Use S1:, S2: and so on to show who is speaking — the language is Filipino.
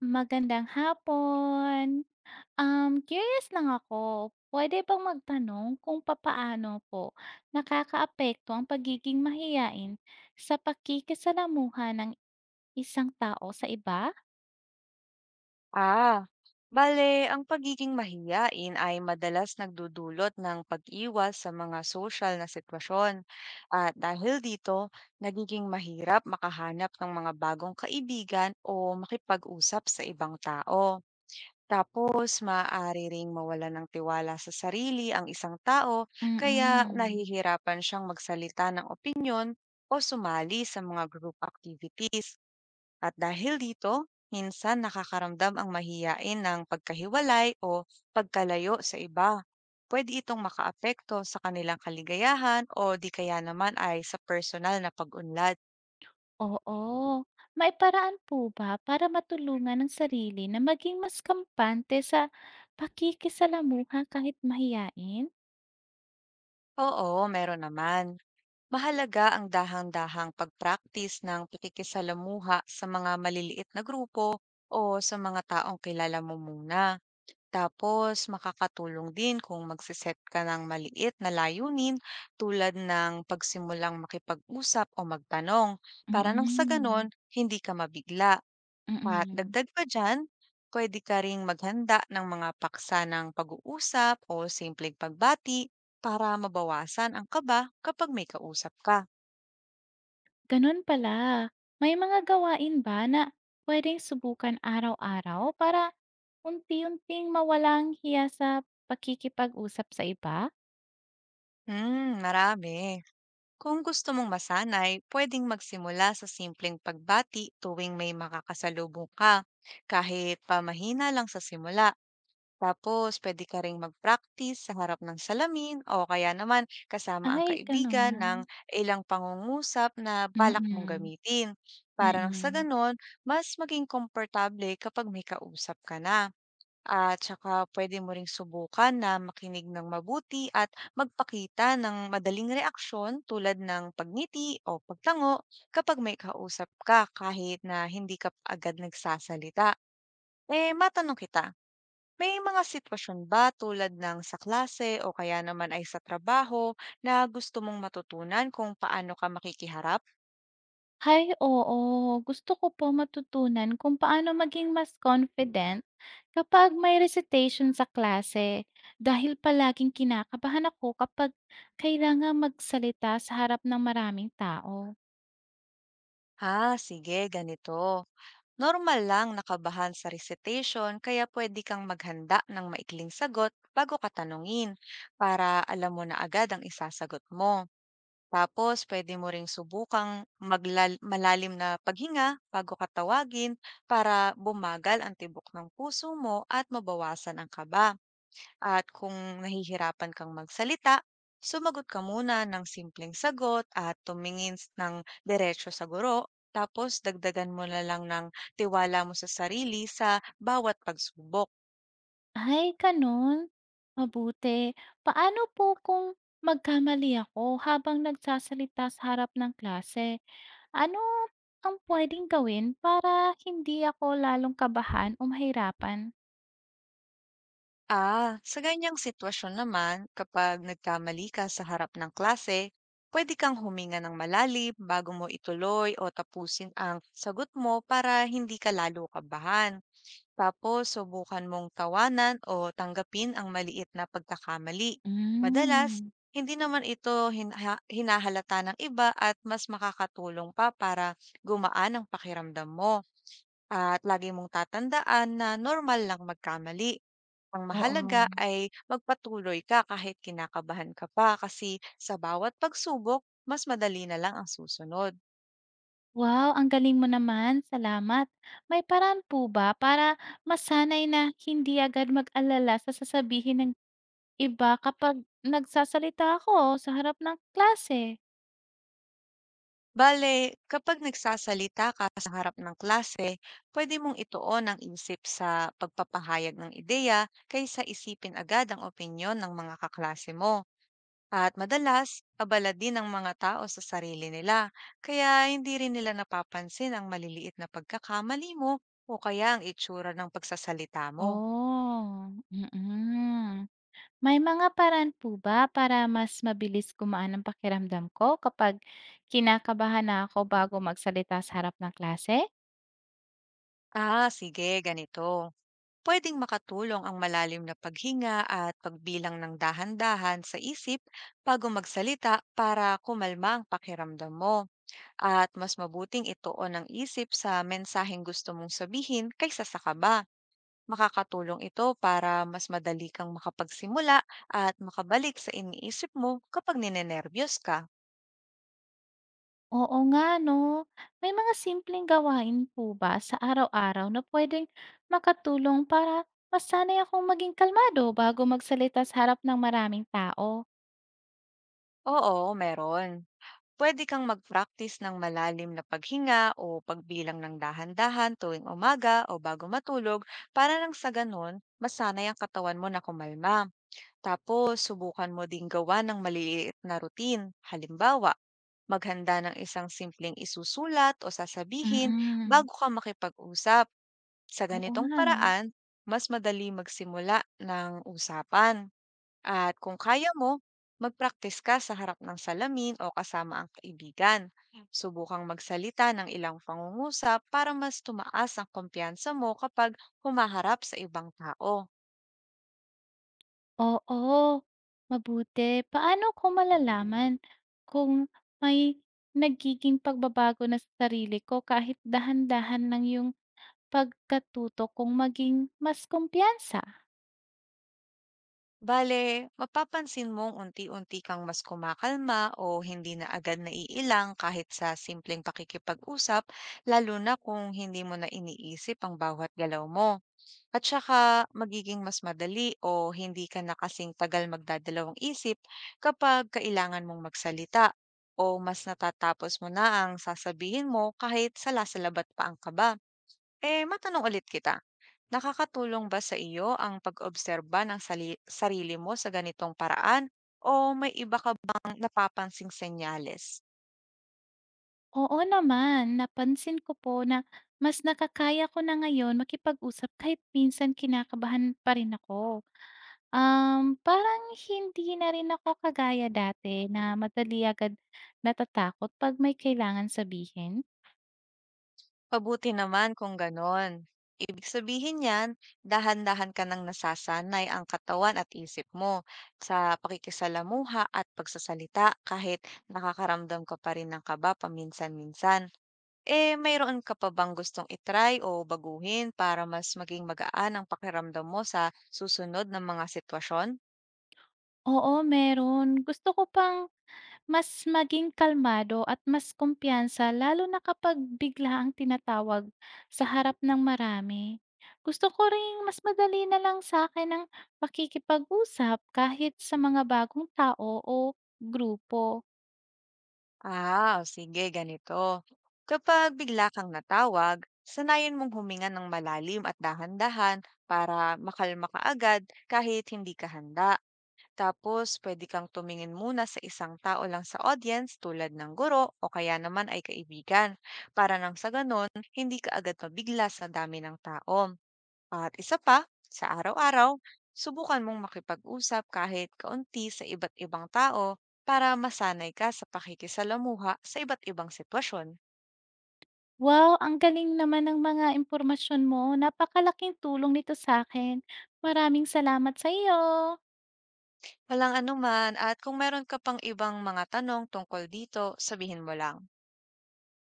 S1: Magandang hapon. Curious lang ako, pwede bang magtanong kung papaano po nakakaapekto ang pagiging mahiyain sa pakikisalamuha ng isang tao sa iba?
S2: Ah, bale, ang pagiging mahiyain ay madalas nagdudulot ng pag-iwas sa mga social na sitwasyon. At dahil dito, nagiging mahirap makahanap ng mga bagong kaibigan o makipag-usap sa ibang tao. Tapos, maaari ring mawala ng tiwala sa sarili ang isang tao,
S1: Mm.
S2: kaya
S1: Mm.
S2: nahihirapan siyang magsalita ng opinyon o sumali sa mga group activities. At dahil dito, minsan nakakaramdam ang mahiyain ng pagkahiwalay o pagkalayo sa iba. Pwede itong makaapekto sa kanilang kaligayahan o di kaya naman ay sa personal na pag-unlad.
S1: Oo. May paraan po ba para matulungan ang sarili na maging mas kampante sa pakikisalamuha kahit mahiyain?
S2: Oo, meron naman. Mahalaga ang dahang-dahang pag-practice ng pakikisalamuha sa mga maliliit na grupo o sa mga taong kilala mo muna. Tapos makakatulong din kung magse ka ng maliit na layunin tulad ng pagsimulang makipag-usap o magtanong para nang sa ganon
S1: Mm.
S2: hindi ka mabigla. At
S1: Mm.
S2: dagdag pa dyan, pwede ka ring maghanda ng mga paksa ng pag-uusap o simpleng pagbati para mabawasan ang kaba kapag may kausap ka.
S1: Ganun pala. May mga gawain ba na pwedeng subukan araw-araw para unti-unting mawalang hiya sa pakikipag-usap sa iba?
S2: Hmm, marami. Kung gusto mong masanay, pwedeng magsimula sa simpleng pagbati tuwing may makakasalubong ka, kahit pamahina lang sa simula. Tapos, pwede ka ring mag-practice sa harap ng salamin o kaya naman kasama ang
S1: Ay,
S2: kaibigan ng
S1: ganun.
S2: ilang pangungusap na balak mong
S1: Mm,
S2: gamitin. Para nang sa
S1: mm.
S2: ganon, mas maging komportable kapag may kausap ka na. At saka puwede mo ring subukan na makinig ng mabuti at magpakita ng madaling reaksyon tulad ng pagngiti o pagtango kapag may kausap ka kahit na hindi ka agad nagsasalita. Eh, matanong kita, may mga sitwasyon ba tulad ng sa klase o kaya naman ay sa trabaho na gusto mong matutunan kung paano ka makikiharap?
S1: Ay, oo. Gusto ko po matutunan kung paano maging mas confident kapag may recitation sa klase. Dahil palaging kinakabahan ako kapag kailangan magsalita sa harap ng maraming tao.
S2: Ha, sige, ganito. Normal lang nakabahan sa recitation kaya pwede kang maghanda ng maikling sagot bago ka tanungin para alam mo na agad ang isasagot mo. Tapos pwede mo ring subukang malalim na paghinga bago ka tawagin para bumagal ang tibok ng puso mo at mabawasan ang kaba. At kung nahihirapan kang magsalita, sumagot ka muna ng simpleng sagot at tumingin ng diretso sa guro. Tapos dagdagan mo na lang ng tiwala mo sa sarili sa bawat pagsubok.
S1: Ay, gano'n? Mabuti. Paano po kung magkamali ako habang nagsasalita sa harap ng klase? Ano ang puwedeng gawin para hindi ako lalong kabahan o mahirapan?
S2: Ah, sa ganyang sitwasyon naman, kapag nagkamali ka sa harap ng klase, pwede kang huminga ng malalim bago mo ituloy o tapusin ang sagot mo para hindi ka lalo kabahan. Tapos, subukan mong tawanan o tanggapin ang maliit na pagkakamali. Madalas,
S1: Hmm.
S2: hindi naman ito hinahalata ng iba at mas makakatulong pa para gumaan ang pakiramdam mo. At lagi mong tatandaan na normal lang magkamali. Ang mahalaga
S1: Oo.
S2: ay magpatuloy ka kahit kinakabahan ka pa kasi sa bawat pagsubok, mas madali na lang ang susunod.
S1: Wow, ang galing mo naman, salamat. May paraan po ba para masanay na hindi agad mag-alala sa sasabihin ng iba kapag nagsasalita ako sa harap ng klase?
S2: Bale, kapag nagsasalita ka sa harap ng klase, pwede mong ituon ang isip sa pagpapahayag ng ideya kaysa isipin agad ang opinyon ng mga kaklase mo. At madalas, abala din ang mga tao sa sarili nila, kaya hindi rin nila napapansin ang maliliit na pagkakamali mo o kaya ang itsura ng pagsasalita mo.
S1: Oh, mm. May mga paraan po ba para mas mabilis gumaan ang pakiramdam ko kapag kinakabahan na ako bago magsalita sa harap ng klase?
S2: Ah, sige, ganito. Puwedeng makatulong ang malalim na paghinga at pagbilang ng dahan-dahan sa isip bago magsalita para kumalma ang pakiramdam mo. At mas mabuting ituon ang isip sa mensaheng gusto mong sabihin kaysa sa kaba. Makakatulong ito para mas madali kang makapagsimula at makabalik sa iniisip mo kapag ninenerbiyos ka.
S1: Oo nga, no? May mga simpleng gawain po ba sa araw-araw na pwedeng makatulong para mas sanay akong maging kalmado bago magsalita sa harap ng maraming tao?
S2: Oo, meron. Puwede kang mag-practice ng malalim na paghinga o pagbilang ng dahan-dahan tuwing umaga o bago matulog para nang sa ganun, masanay ang katawan mo na kumalma. Tapos, subukan mo ding gawa ng maliliit na routine. Halimbawa, maghanda ng isang simpleng isusulat o sasabihin
S1: Mm.
S2: bago ka makipag-usap. Sa
S1: Oo
S2: ganitong
S1: nga 'no.
S2: paraan, mas madali magsimula ng usapan. At kung kaya mo, magpraktis ka sa harap ng salamin o kasama ang kaibigan. Subukang magsalita ng ilang pangungusap para mas tumaas ang kumpiyansa mo kapag humaharap sa ibang tao.
S1: Oo, mabuti. Paano ko malalaman kung may nagiging pagbabago na sa sarili ko kahit dahan-dahan lang yung pagkatuto kung maging mas kumpiyansa?
S2: Bale, mapapansin mong unti-unti kang mas kumakalma o hindi na agad naiilang kahit sa simpleng pakikipag-usap, lalo na kung hindi mo na iniisip ang bawat galaw mo. At saka magiging mas madali o hindi ka na kasing tagal magdadalawang isip kapag kailangan mong magsalita o mas natatapos mo na ang sasabihin mo kahit salasalabat pa ang kaba. Eh, matanong ulit kita, nakakatulong ba sa iyo ang pag-obserba ng sarili mo sa ganitong paraan o may iba ka bang napapansing senyales?
S1: Oo naman, napansin ko po na mas nakakaya ko na ngayon makipag-usap kahit minsan kinakabahan pa rin ako. Parang hindi na rin ako kagaya dati na madali agad natatakot 'pag may kailangan sabihin.
S2: Mabuti naman kung ganon. Ibig sabihin yan, dahan-dahan ka nang nasasanay ang katawan at isip mo sa pakikisalamuha at pagsasalita kahit nakakaramdam ka pa rin ng kaba paminsan-minsan. Eh, mayroon ka pa bang gustong itry o baguhin para mas maging magaan ang pakiramdam mo sa susunod ng mga sitwasyon?
S1: Oo, meron. Gusto ko pang mas maging kalmado at mas kumpiyansa lalo na kapag bigla ang tinatawag sa harap ng marami. Gusto ko ring mas madali na lang sa akin ang pakikipag-usap kahit sa mga bagong tao o grupo.
S2: Ah, o sige, ganito. Kapag bigla kang natawag, sanayin mong huminga ng malalim at dahan-dahan para makalma ka agad kahit hindi ka handa. Tapos, pwede kang tumingin muna sa isang tao lang sa audience tulad ng guro o kaya naman ay kaibigan para nang sa ganun, hindi ka agad mabigla sa dami ng tao. At isa pa, sa araw-araw, subukan mong makipag-usap kahit kaunti sa iba't ibang tao para masanay ka sa pakikisalamuha sa iba't ibang sitwasyon.
S1: Wow, ang galing naman ng mga impormasyon mo. Napakalaking tulong nito sa akin. Maraming salamat sa iyo.
S2: Walang anuman at kung meron ka pang ibang mga tanong tungkol dito, sabihin mo lang.